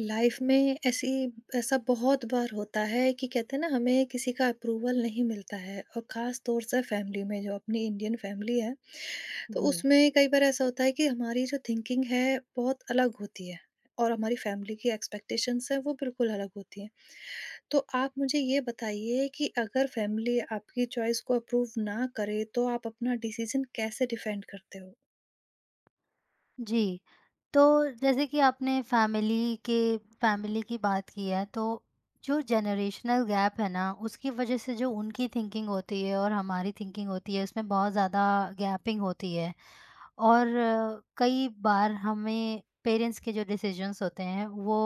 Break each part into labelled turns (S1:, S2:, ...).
S1: Life में ऐसी ऐसा बहुत बार होता है कि कहते हैं ना हमें किसी का अप्रूवल नहीं मिलता है और ख़ास तौर से फैमिली में जो अपनी इंडियन फैमिली है। तो
S2: जी।
S1: उसमें कई बार ऐसा होता है कि हमारी जो थिंकिंग है बहुत अलग होती है और हमारी फैमिली की एक्सपेक्टेशंस हैं वो बिल्कुल अलग होती हैं। तो आप मुझे ये बताइए कि अगर फैमिली आपकी चॉइस को अप्रूव ना करे तो आप अपना डिसीजन कैसे डिफेंड करते हो?
S2: जी, तो जैसे कि आपने फैमिली की बात की है, तो जो जनरेशनल गैप है ना, उसकी वजह से जो उनकी थिंकिंग होती है और हमारी थिंकिंग होती है, उसमें बहुत ज़्यादा गैपिंग होती है। और कई बार हमें पेरेंट्स के जो डिसीजंस होते हैं वो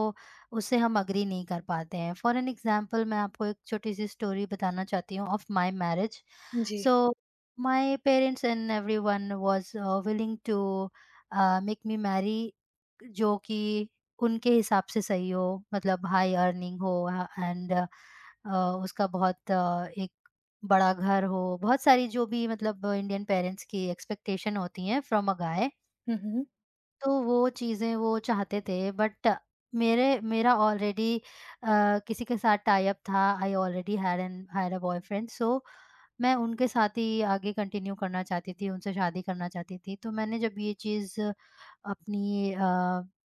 S2: उससे हम अग्री नहीं कर पाते हैं। फॉर एन एग्जांपल, मैं आपको एक छोटी सी स्टोरी बताना चाहती हूँ ऑफ माय मैरिज।
S1: जी।
S2: So my parents and everyone was willing to make me marry जो कि उनके हिसाब से सही हो, मतलब हाई अर्निंग हो एंड उसका बहुत बड़ा घर हो। बहुत सारी जो भी मतलब इंडियन पेरेंट्स की एक्सपेक्टेशन होती हैं फ्रॉम अ गाय,
S1: हुँ, हुँ।
S2: तो वो चीज़ें वो चाहते थे। बट मेरे मेरा ऑलरेडी किसी के साथ टाई अप था, I already had a boyfriend. So मैं उनके साथ ही आगे कंटिन्यू करना चाहती थी, उनसे शादी करना चाहती थी। तो मैंने जब ये चीज़ अपनी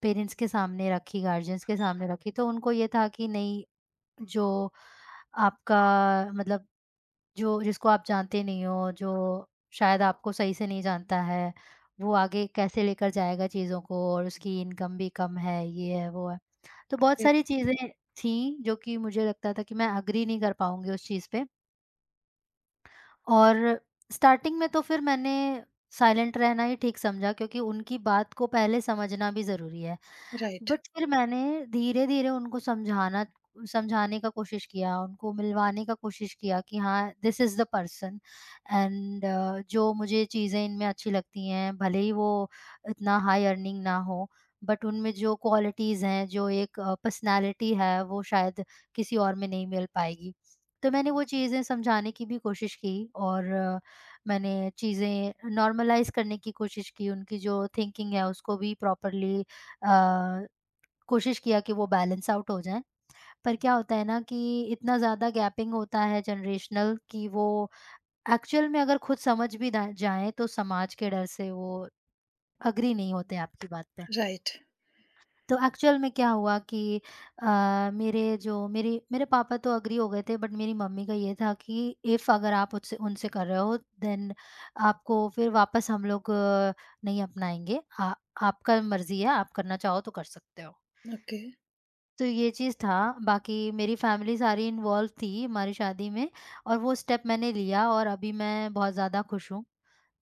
S2: पेरेंट्स के सामने रखी, गार्जियंस के सामने रखी, तो उनको ये था कि नहीं, जो आपका मतलब जो जिसको आप जानते नहीं हो, जो शायद आपको सही से नहीं जानता है, वो आगे कैसे लेकर जाएगा चीज़ों को। और उसकी इनकम भी कम है, ये है, वो है। तो बहुत सारी चीज़ें थीं जो कि मुझे लगता था कि मैं एग्री नहीं कर पाऊँगी उस चीज़ पे। और स्टार्टिंग में तो फिर मैंने साइलेंट रहना ही ठीक समझा क्योंकि उनकी बात को पहले समझना भी ज़रूरी है।
S1: राइट,
S2: बट फिर मैंने धीरे-धीरे उनको समझाना समझाने का कोशिश किया, उनको मिलवाने का कोशिश किया कि हाँ, this is the person. And जो मुझे चीज़ें इनमें अच्छी लगती हैं, भले ही वो इतना हाई अर्निंग ना हो, बट उनमें जो क्वालिटीज़ हैं, जो एक पर्सनैलिटी है, वो शायद किसी और में नहीं मिल पाएगी। तो मैंने वो चीज़ें समझाने की भी कोशिश की। और मैंने चीज़ें नॉर्मलाइज़ करने की कोशिश की, उनकी जो थिंकिंग है, उसको भी प्रॉपरली अ, कोशिश किया कि वो बैलेंस आउट हो जाएँ। पर क्या होता है ना कि इतना ज़्यादा गैपिंग होता है जनरेशनल कि वो एक्चुअल में अगर खुद समझ भी दा जाएँ तो समाज के डर से वो एग्री नहीं होते आपकी बात पे।
S1: राइट।
S2: तो एक्चुअल में क्या हुआ कि मेरे जो मेरे मेरे पापा तो एग्री हो गए थे बट मेरी मम्मी का ये था कि इफ़ अगर आप उससे उनसे कर रहे हो देन आपको फिर वापस हम लोग नहीं अपनाएँगे। आ आपका मर्ज़ी है, आप करना चाहो तो कर सकते हो।
S1: ओके,
S2: तो ये चीज़ था, बाकी मेरी फ़ैमिली सारी इन्वॉल्व थी हमारी शादी में। और वो स्टेप मैंने लिया और अभी मैं बहुत ज़्यादा खुश हूँ।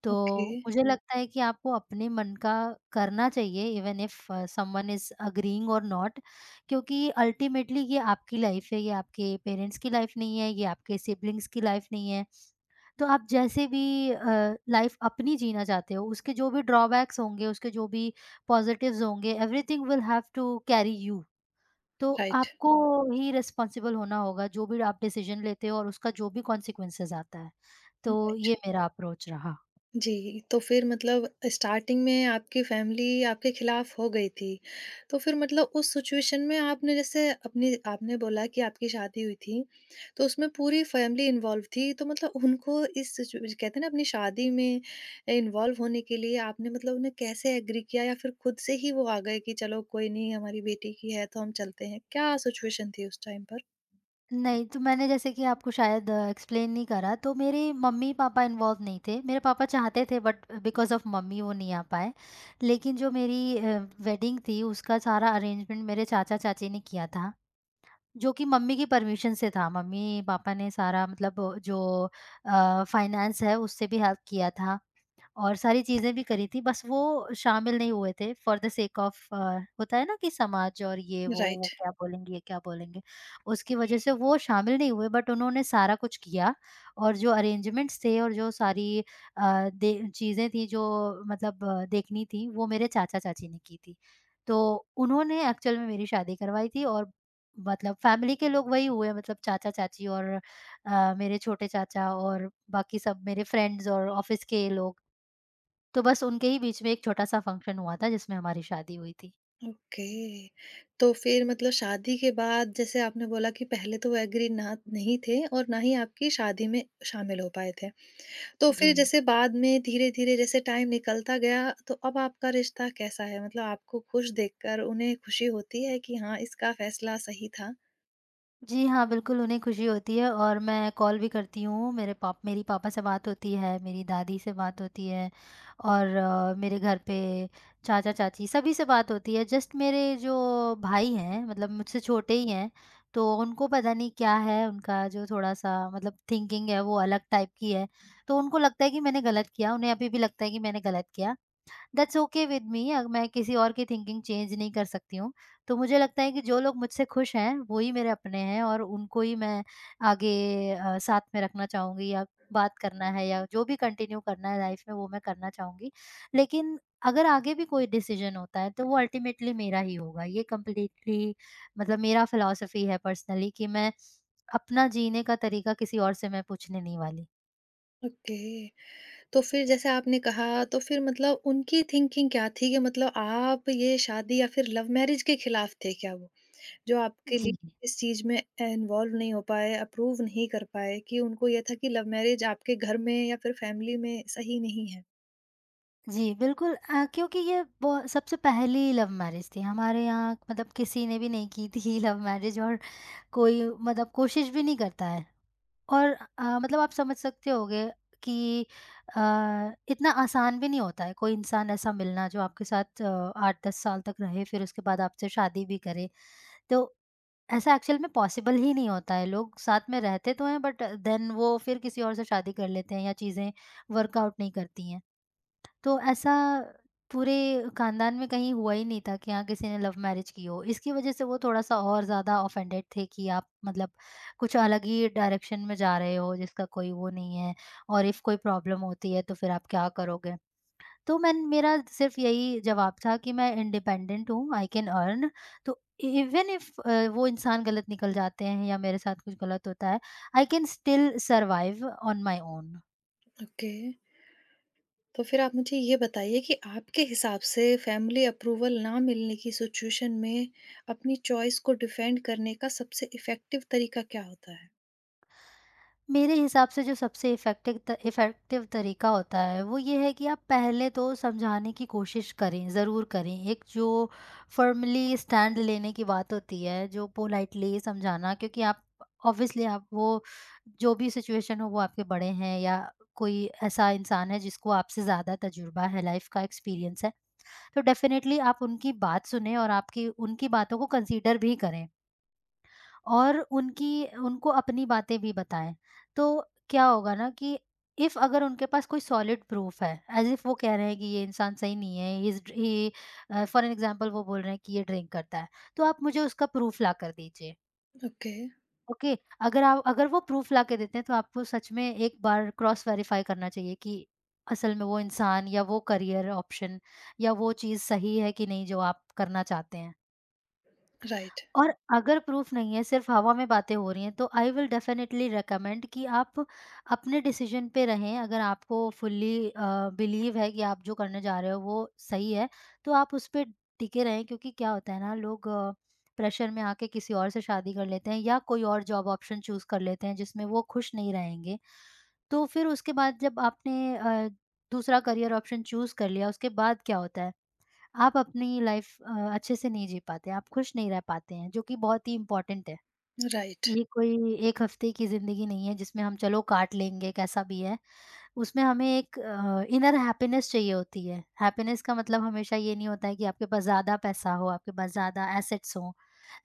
S2: तो
S1: ओके,
S2: मुझे लगता है कि आपको अपने मन का करना चाहिए even if someone is agreeing और नॉट, क्योंकि अल्टीमेटली ये आपकी लाइफ़ है, ये आपके पेरेंट्स की लाइफ़ नहीं है, ये आपके सिबलिंग्स की लाइफ़ नहीं है। तो आप जैसे भी लाइफ़ अपनी जीना चाहते हो, उसके जो भी ड्रॉबैक्स होंगे, उसके जो भी पॉज़िटिव्स होंगे, everything will have to carry you. तो
S1: राइट।
S2: आपको ही रिस्पॉन्सिबल होना होगा, जो भी आप डिसीज़न लेते हो और उसका जो भी कॉन्सिक्वेंसेज़ आता है। तो
S1: राइट।
S2: ये मेरा अप्रोच रहा।
S1: जी, तो फिर मतलब स्टार्टिंग में आपकी फैमिली आपके खिलाफ हो गई थी। तो फिर मतलब उस सिचुएशन में आपने जैसे अपनी आपने बोला कि आपकी शादी हुई थी, तो उसमें पूरी फैमिली इन्वॉल्व थी। तो मतलब उनको इस सिचु कहते हैं ना अपनी शादी में इन्वॉल्व होने के लिए आपने मतलब उन्हें कैसे एग्री किया या फिर खुद से ही वो आ गए कि चलो कोई नहीं हमारी बेटी की है तो हम चलते हैं? क्या सिचुएशन थी उस टाइम पर?
S2: नहीं, तो मैंने जैसे कि आपको शायद एक्सप्लेन नहीं करा, तो मेरे मम्मी-पापा इन्वॉल्व नहीं थे। मेरे पापा चाहते थे बट बिकॉज़ ऑफ मम्मी वो नहीं आ पाए। लेकिन जो मेरी वेडिंग थी उसका सारा अरेंजमेंट मेरे चाचा-चाची ने किया था, जो कि मम्मी की परमिशन से था। मम्मी-पापा ने सारा मतलब जो फाइनेंस है उससे भी हेल्प किया था। और सारी चीज़ें भी करी थी, बस वो शामिल नहीं हुए थे फ़ॉर द सेक ऑफ होता है ना कि समाज और ये
S1: राइट।
S2: वो क्या बोलेंगे, ये क्या बोलेंगे? उसकी वज़ह से वो शामिल नहीं हुए बट उन्होंने सारा कुछ किया। और जो अरेंजमेंट्स थे और जो सारी दे चीज़ें थी जो मतलब देखनी थी, वो मेरे चाचा-चाची ने की थी। तो उन्होंने एक्चुअल में मेरी शादी करवाई थी। और मतलब फ़ैमिली के लोग वही हुए, मतलब चाचा-चाची और मेरे छोटे चाचा और बाकी सब मेरे फ्रेंड्स और ऑफ़िस के लोग। तो बस उनके ही बीच में एक छोटा-सा फंक्शन हुआ था जिसमें हमारी शादी हुई थी।
S1: ओके। तो फिर मतलब शादी के बाद जैसे आपने बोला कि पहले तो वो एग्री ना नहीं थे और ना ही आपकी शादी में शामिल हो पाए थे। तो
S2: जी।
S1: फिर जैसे बाद में धीरे-धीरे जैसे टाइम निकलता गया, तो अब आपका रिश्ता कैसा है? मतलब आपको खुश देखकर उन्हें खुशी होती है कि हाँ, इसका फैसला सही था?
S2: जी हाँ, बिल्कुल उन्हें खुशी होती है और मैं कॉल भी करती हूँ, मेरे पाप मेरी पापा से बात होती है, मेरी दादी से बात होती है। और मेरे घर पे चाचा-चाची सभी से बात होती है। जस्ट मेरे जो भाई हैं मतलब मुझसे छोटे ही हैं, तो उनको पता नहीं क्या है, उनका जो थोड़ा-सा मतलब थिंकिंग है वो अलग टाइप की है। तो उनको लगता है कि मैंने गलत किया, उन्हें अभी भी लगता है कि मैंने गलत किया। That's okay with me. मैं किसी और की थिंकिंग चेंज नहीं कर सकती हूँ। तो मुझे लगता है कि जो लोग मुझसे खुश हैं, वो ही मेरे अपने हैं और उनको ही मैं आगे साथ में रखना चाहूँगी, या बात करना है, या जो भी कंटिन्यू करना है लाइफ़ में वो मैं करना चाहूँगी। लेकिन अगर आगे भी कोई डिसीज़न होता है तो वो अल्टीमेटली मेरा ही होगा। ये कंप्लीटली मतलब मेरा फिलॉसफी है पर्सनली, कि मैं अपना जीने का तरीका किसी और से मैं पूछने नहीं वाली।
S1: ओके। तो फिर जैसे आपने कहा तो फिर मतलब उनकी थिंकिंग क्या थी कि मतलब आप ये शादी या फिर लव मैरिज के खिलाफ थे क्या वो? जो आपके
S2: जी।
S1: लिए इस चीज़ में इन्वॉल्व नहीं हो पाए, अप्रूव नहीं कर पाए कि उनको ये था कि लव मैरिज आपके घर में या फिर फैमिली में सही नहीं है।
S2: जी, बिल्कुल क्योंकि ये ब सबसे पहली लव मैरिज थी। हमारे यहाँ मतलब किसी ने भी नहीं की थी लव मैरिज। और कोई मतलब कोशिश भी नहीं करता है। और मतलब आप समझ सकते होंगे कि अ, इतना आसान भी नहीं होता है कोई इंसान ऐसा मिलना जो आपके साथ 8-10 साल तक रहे, फिर उसके बाद आपसे शादी भी करे। तो ऐसा एक्चुअल में पॉसिबल ही नहीं होता है। लोग साथ में रहते तो हैं बट देन वो फिर किसी और से शादी कर लेते हैं या चीज़ें वर्कआउट नहीं करती हैं। तो ऐसा पूरे खानदान में कहीं हुआ ही नहीं था कि हाँ, किसी ने लव मैरिज की हो। इसकी वज़ह से वो थोड़ा-सा और ज़्यादा ऑफेंडेड थे कि आप मतलब कुछ अलग ही डायरेक्शन में जा रहे हो जिसका कोई वो नहीं है। और इफ़ कोई प्रॉब्लम होती है तो फिर आप क्या करोगे? तो मैं मेरा सिर्फ़ यही जवाब था कि मैं इंडिपेंडेंट हूँ, आई कैन अर्न। तो इवन इफ़ वो इंसान गलत निकल जाते हैं या मेरे साथ कुछ गलत होता है, I can still survive on my own.
S1: Okay, तो फिर आप मुझे ये बताइए कि आपके हिसाब से फैमिली अप्रूवल ना मिलने की सिचुएशन में अपनी चॉइस को डिफेंड करने का सबसे इफ़ेक्टिव तरीका क्या होता है?
S2: मेरे हिसाब से जो सबसे इफ़ेक्टिव तरीका होता है, वो ये है कि आप पहले तो समझाने की कोशिश करें, ज़रूर करें। एक जो फ़र्मली स्टैंड लेने की बात होती है, जो पोलाइटली समझाना, क्योंकि आप ऑब्वियसली आप वो जो भी सिचुएशन हो वो आपके बड़े हैं या कोई ऐसा इंसान है जिसको आपसे ज़्यादा तजुर्बा है, लाइफ़ का एक्सपीरियंस है। तो डेफ़िनेटली आप उनकी बात सुनें और आपकी उनकी बातों को कंसीडर भी करें। और उनकी उनको अपनी बातें भी बताएँ। तो क्या होगा ना कि इफ अगर उनके पास कोई सॉलिड प्रूफ है, एज़ इफ वो कह रहे हैं कि ये इंसान सही नहीं है, he is he for an example वो बोल रहे हैं कि ये ड्रिंक करता है, तो आप मुझे उसका प्रूफ लाकर दीजिए।
S1: Okay,
S2: okay? अगर वो प्रूफ लाके देते हैं तो आपको सच में एक बार क्रॉस वेरीफ़ाई करना चाहिए कि असल में वो इंसान या वो करियर ऑप्शन या वो चीज़ सही है कि नहीं जो आप करना चाहते हैं।
S1: राइट,
S2: और अगर प्रूफ नहीं है, सिर्फ़ हवा में बातें हो रही हैं, तो आई विल डेफ़िनेटली रिकमेंड कि आप अपने डिसीज़न पे रहें। अगर आपको फुल्ली बिलीव है कि आप जो करने जा रहे हो वो सही है, तो आप उस पे टिके रहें। क्योंकि क्या होता है ना, लोग प्रेशर में आके किसी और से शादी कर लेते हैं या कोई और जॉब ऑप्शन चूज़ कर लेते हैं जिसमें वो खुश नहीं रहेंगे। तो फिर उसके बाद जब आपने दूसरा करियर ऑप्शन चूज़ कर लिया, उसके बाद क्या होता है? आप अपनी लाइफ अच्छे से नहीं जी पाते, आप खुश नहीं रह पाते हैं, जो कि बहुत ही इम्पोर्टेंट है।
S1: राइट,
S2: ये कोई एक हफ्ते की ज़िंदगी नहीं है जिसमें हम चलो काट लेंगे कैसा भी है। उसमें हमें एक इनर हैप्पीनेस चाहिए होती है। हैप्पीनेस का मतलब हमेशा ये नहीं होता है कि आपके पास ज़्यादा पैसा हो, आपके पास ज़्यादा एसेट्स हों,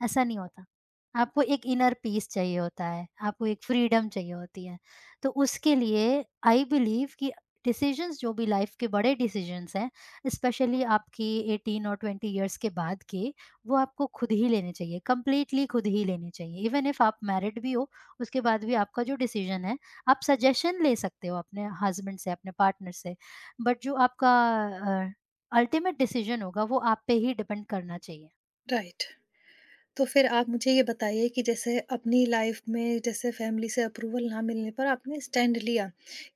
S2: ऐसा नहीं होता। आपको एक इनर पीस चाहिए होता है, आपको एक फ्रीडम चाहिए होती है। तो उसके लिए आई बिलीव कि डिसीज़न्स जो भी लाइफ़ के बड़े डिसीज़न्स हैं, स्पेशली आपकी 18 और 20 इयर्स के बाद के, वो आपको खुद ही लेने चाहिए, कंप्लीटली खुद ही लेने चाहिए। इवन इफ आप मैरिड भी हो, उसके बाद भी आपका जो डिसीज़न है आप सजेशन ले सकते हो अपने हस्बैंड से, अपने पार्टनर से, बट जो आपका अ, अल्टीमेट डिसीजन होगा वो आप पे ही डिपेंड करना चाहिए।
S1: राइट। तो फिर आप मुझे ये बताइए कि जैसे अपनी लाइफ में जैसे फैमिली से अप्रूवल ना मिलने पर आपने स्टैंड लिया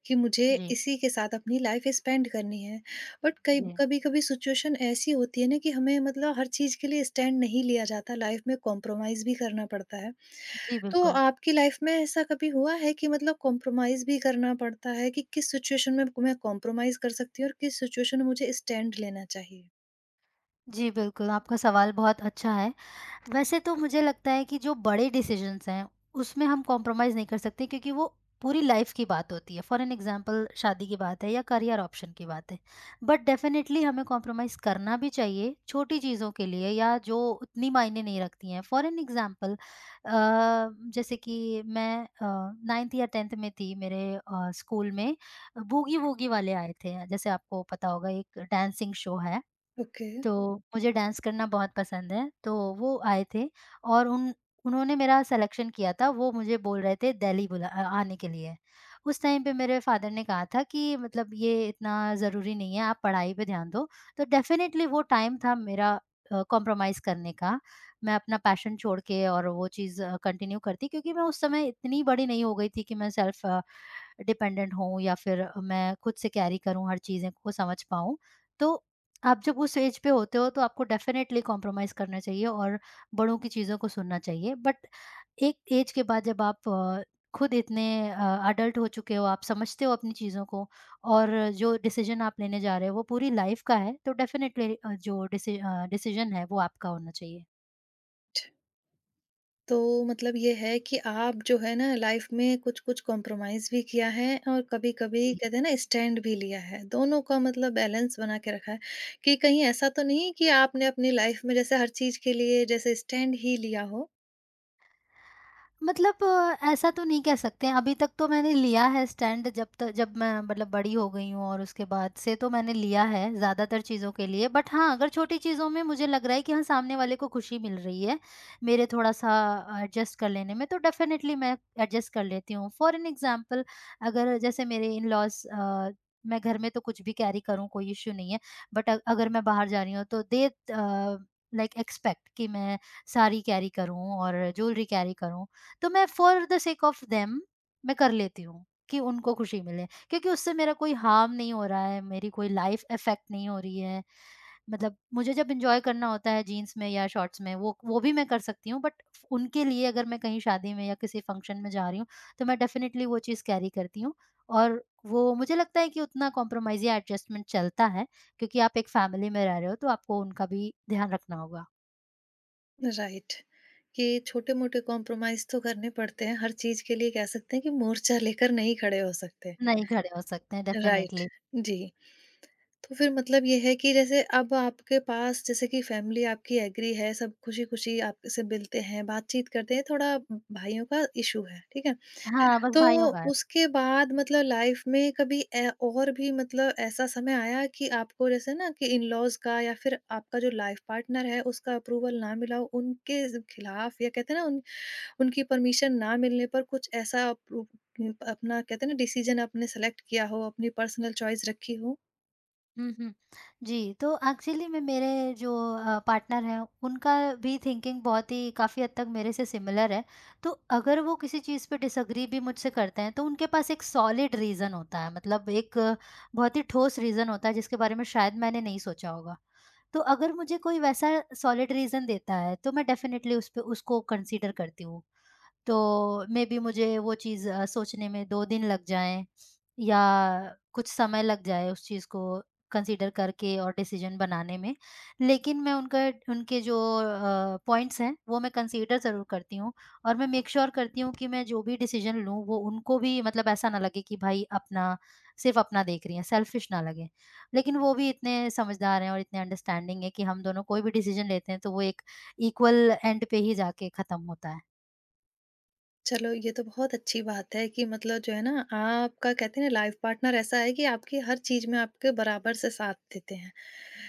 S1: कि मुझे
S2: जी,
S1: इसी के साथ अपनी लाइफ स्पेंड करनी है, बट कई
S2: जी।
S1: कभी कभी सिचुएशन ऐसी होती है ना कि हमें मतलब हर चीज़ के लिए स्टैंड नहीं लिया जाता, लाइफ में कॉम्प्रोमाइज़ भी करना पड़ता है।
S2: जी,
S1: तो
S2: बिल्कुल।
S1: आपकी लाइफ में ऐसा कभी हुआ है कि मतलब कॉम्प्रोमाइज़ भी करना पड़ता है कि किस सिचुएशन में मैं कॉम्प्रोमाइज़ कर सकती हूँ और किस सिचुएशन में मुझे स्टैंड लेना चाहिए?
S2: जी, बिल्कुल, आपका सवाल बहुत अच्छा है। वैसे तो मुझे लगता है कि जो बड़े डिसीजंस हैं, उसमें हम कॉम्प्रोमाइज़ नहीं कर सकते क्योंकि वो पूरी लाइफ़ की बात होती है। फॉर एन एग्ज़ाम्पल शादी की बात है या करियर ऑप्शन की बात है। बट डेफ़िनेटली हमें कॉम्प्रोमाइज़ करना भी चाहिए छोटी चीज़ों के लिए या जो उतनी मायने नहीं रखती हैं। फॉर एन एग्ज़ाम्पल अ, जैसे कि मैं 9th या 10th में थी मेरे स्कूल में बूगी-वूगी वाले आए थे। जैसे आपको पता होगा एक डांसिंग शो है।
S1: ओके।
S2: तो मुझे डांस करना बहुत पसंद है, तो वो आए थे और उन उन्होंने मेरा सिलेक्शन किया था, वो मुझे बोल रहे थे दिल्ली आने के लिए। उस टाइम पे मेरे फादर ने कहा था कि मतलब ये इतना ज़रूरी नहीं है, आप पढ़ाई पे ध्यान दो। तो डेफ़िनिटली वो टाइम था मेरा कॉम्प्रोमाइज़ करने का। मैं अपना पैशन छोड़ के और वो चीज़ कंटिन्यू करती क्योंकि मैं उस समय इतनी बड़ी नहीं हो गई थी कि मैं सेल्फ़ डिपेंडेंट हूँ या फिर मैं खुद से कैरी करूँ हर चीज़ें को समझ पाऊँ। तो आप जब उस एज पे होते हो तो आपको डेफ़िनेटली कॉम्प्रोमाइज़ करना चाहिए और बड़ों की चीज़ों को सुनना चाहिए। बट एक एज के बाद जब आप खुद इतने एडल्ट हो चुके हो, आप समझते हो अपनी चीज़ों को और जो डिसीज़न आप लेने जा रहे हो वो पूरी लाइफ़ का है, तो डेफ़िनेटली जो डिसीज़न है वो आपका होना चाहिए।
S1: तो मतलब ये है कि आप जो है ना लाइफ में कुछ-कुछ कॉम्प्रोमाइज़ भी किया है और कभी-कभी कहते हैं ना स्टैंड भी लिया है। दोनों का मतलब बैलेंस बना के रखा है कि कहीं ऐसा तो नहीं है कि आपने अपनी लाइफ में जैसे हर चीज़ के लिए जैसे स्टैंड ही लिया हो?
S2: मतलब ऐसा तो नहीं कह सकते हैं, अभी तक तो मैंने लिया है स्टैंड जब तक जब मैं मतलब बड़ी हो गई हूँ और उसके बाद से तो मैंने लिया है ज़्यादातर चीज़ों के लिए। बट हाँ, अगर छोटी चीज़ों में मुझे लग रहा है कि हाँ, सामने वाले को खुशी मिल रही है, मेरे थोड़ा-सा एडजस्ट कर लेने में, तो डेफ़िनेटली मैं एडजस्ट कर लेती हूँ। फॉर एन एग्ज़ाम्पल अगर जैसे मेरे इन-लॉज़ मैं घर में तो कुछ भी कैरी करूँ कोई इश्यू नहीं है, बट अगर मैं बाहर जा रही हूँ तो लाइक एक्सपेक्ट कि मैं साड़ी कैरी करूँ और ज्वेलरी कैरी करूँ तो मैं for the sake of them मैं कर लेती हूँ कि उनको खुशी मिले क्योंकि उससे मेरा कोई हार्म नहीं हो रहा है, मेरी कोई लाइफ़ इफ़ेक्ट नहीं हो रही है। मतलब मुझे जब एन्जॉय करना होता है जीन्स में या शॉर्ट्स में वो भी मैं कर सकती हूँ बट उनके लिए अगर मैं कहीं शादी में या किसी फ़ंक्शन में जा रही हूँ, तो मैं डेफ़िनिटली वो चीज़ कैरी करती हूँ और वो मुझे लगता है कि उतना कॉम्प्रोमाइज़ या एडजस्टमेंट चलता है क्योंकि आप एक फ़ैमिली में रह रहे हो तो आपको उनका भी ध्यान रखना होगा।
S1: राइट। कि छोटे-मोटे कॉम्प्रोमाइज़ तो करने पड़ते हैं। हर चीज़ के लिए कह सकते हैं कि मोर्चा लेकर नहीं खड़े हो सकते।
S2: नहीं खड़े हो सकते हैं
S1: राइट।
S2: डेफ़िनिटली।
S1: जी। तो फिर मतलब ये है कि जैसे अब आपके पास जैसे कि फैमिली आपकी एग्री है, सब खुशी-खुशी आपसे मिलते हैं, बातचीत करते हैं, थोड़ा भाइयों का इश्यू है, ठीक है?
S2: हाँ, बस
S1: तो
S2: भाइयों का है।
S1: उसके बाद मतलब लाइफ में कभी ए और भी मतलब ऐसा समय आया कि आपको जैसे ना कि इन-लॉज़ का या फिर आपका जो लाइफ पार्टनर है, उसका अप्रूवल ना मिला हो, उनके ज़ खिलाफ या कहते हैं ना उन उनकी परमिशन ना मिलने पर कुछ ऐसा अप्रू अपना कहते हैं ना डिसीज़न आपने सेलेक्ट किया हो, अपनी पर्सनल चॉइस रखी हो?
S2: हुँ, हुँ। जी, तो एक्चुअली में मेरे जो पार्टनर हैं, उनका भी थिंकिंग बहुत ही काफ़ी हद तक मेरे से सिमिलर है। तो अगर वो किसी चीज़ पे डिसएग्री भी मुझसे करते हैं, तो उनके पास एक सॉलिड रीज़न होता है, मतलब एक बहुत ही ठोस रीज़न होता है, जिसके बारे में शायद मैंने नहीं सोचा होगा। तो अगर मुझे कोई वैसा सॉलिड रीज़न देता है, तो मैं डेफ़िनेटली उसपे उसको कंसीडर करती हूँ। तो मेबी मुझे वो चीज़ सोचने में 2 दिन लग जाएँ या कुछ समय लग जाए उस चीज़ को कंसीडर करके और डिसीज़न बनाने में। लेकिन मैं उनका उनके जो पॉइंट्स हैं वो मैं कंसीडर ज़रूर करती हूँ और मैं मेक श्योर करती हूँ कि मैं जो भी डिसीज़न लूँ वो उनको भी मतलब ऐसा ना लगे कि भाई अपना सिर्फ़ अपना देख रही हैं, सेल्फिश ना लगे। लेकिन वो भी इतने समझदार हैं और इतने अंडरस्टैंडिंग हैं कि हम दोनों कोई भी डिसीज़न लेते हैं तो वो एक इक्वल एंड पे ही जाके ख़त्म होता है।
S1: चलो ये तो बहुत अच्छी बात है कि मतलब जो है ना आपका कहते हैं ना लाइफ पार्टनर ऐसा है कि आपकी हर चीज में आपके बराबर से साथ देते हैं।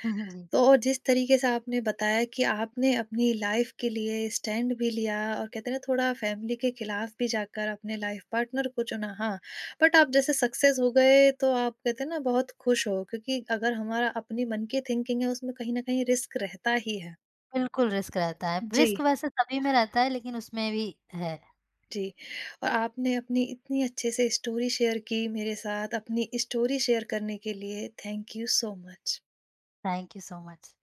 S2: जी।
S1: तो और जिस तरीके से आपने बताया कि आपने अपनी लाइफ के लिए स्टैंड भी लिया और कहते हैं ना थोड़ा फैमिली के खिलाफ भी जाकर अपने लाइफ पार्टनर को चुना, हाँ, बट आप जैसे सक्सेस हो गए तो आप कहते हैं ना बहुत खुश हो, क्योंकि अगर हमारा अपनी मन की थिंकिंग है उसमें कहीं ना कहीं रिस्क रहता ही है।
S2: बिल्कुल रिस्क रहता है।
S1: जी।
S2: रिस्क वैसे सभी में रहता है लेकिन उसमें भी है।
S1: जी, और आपने अपनी इतनी अच्छे से स्टोरी शेयर की मेरे साथ, अपनी स्टोरी शेयर करने के लिए thank you so much.
S2: Thank you so much.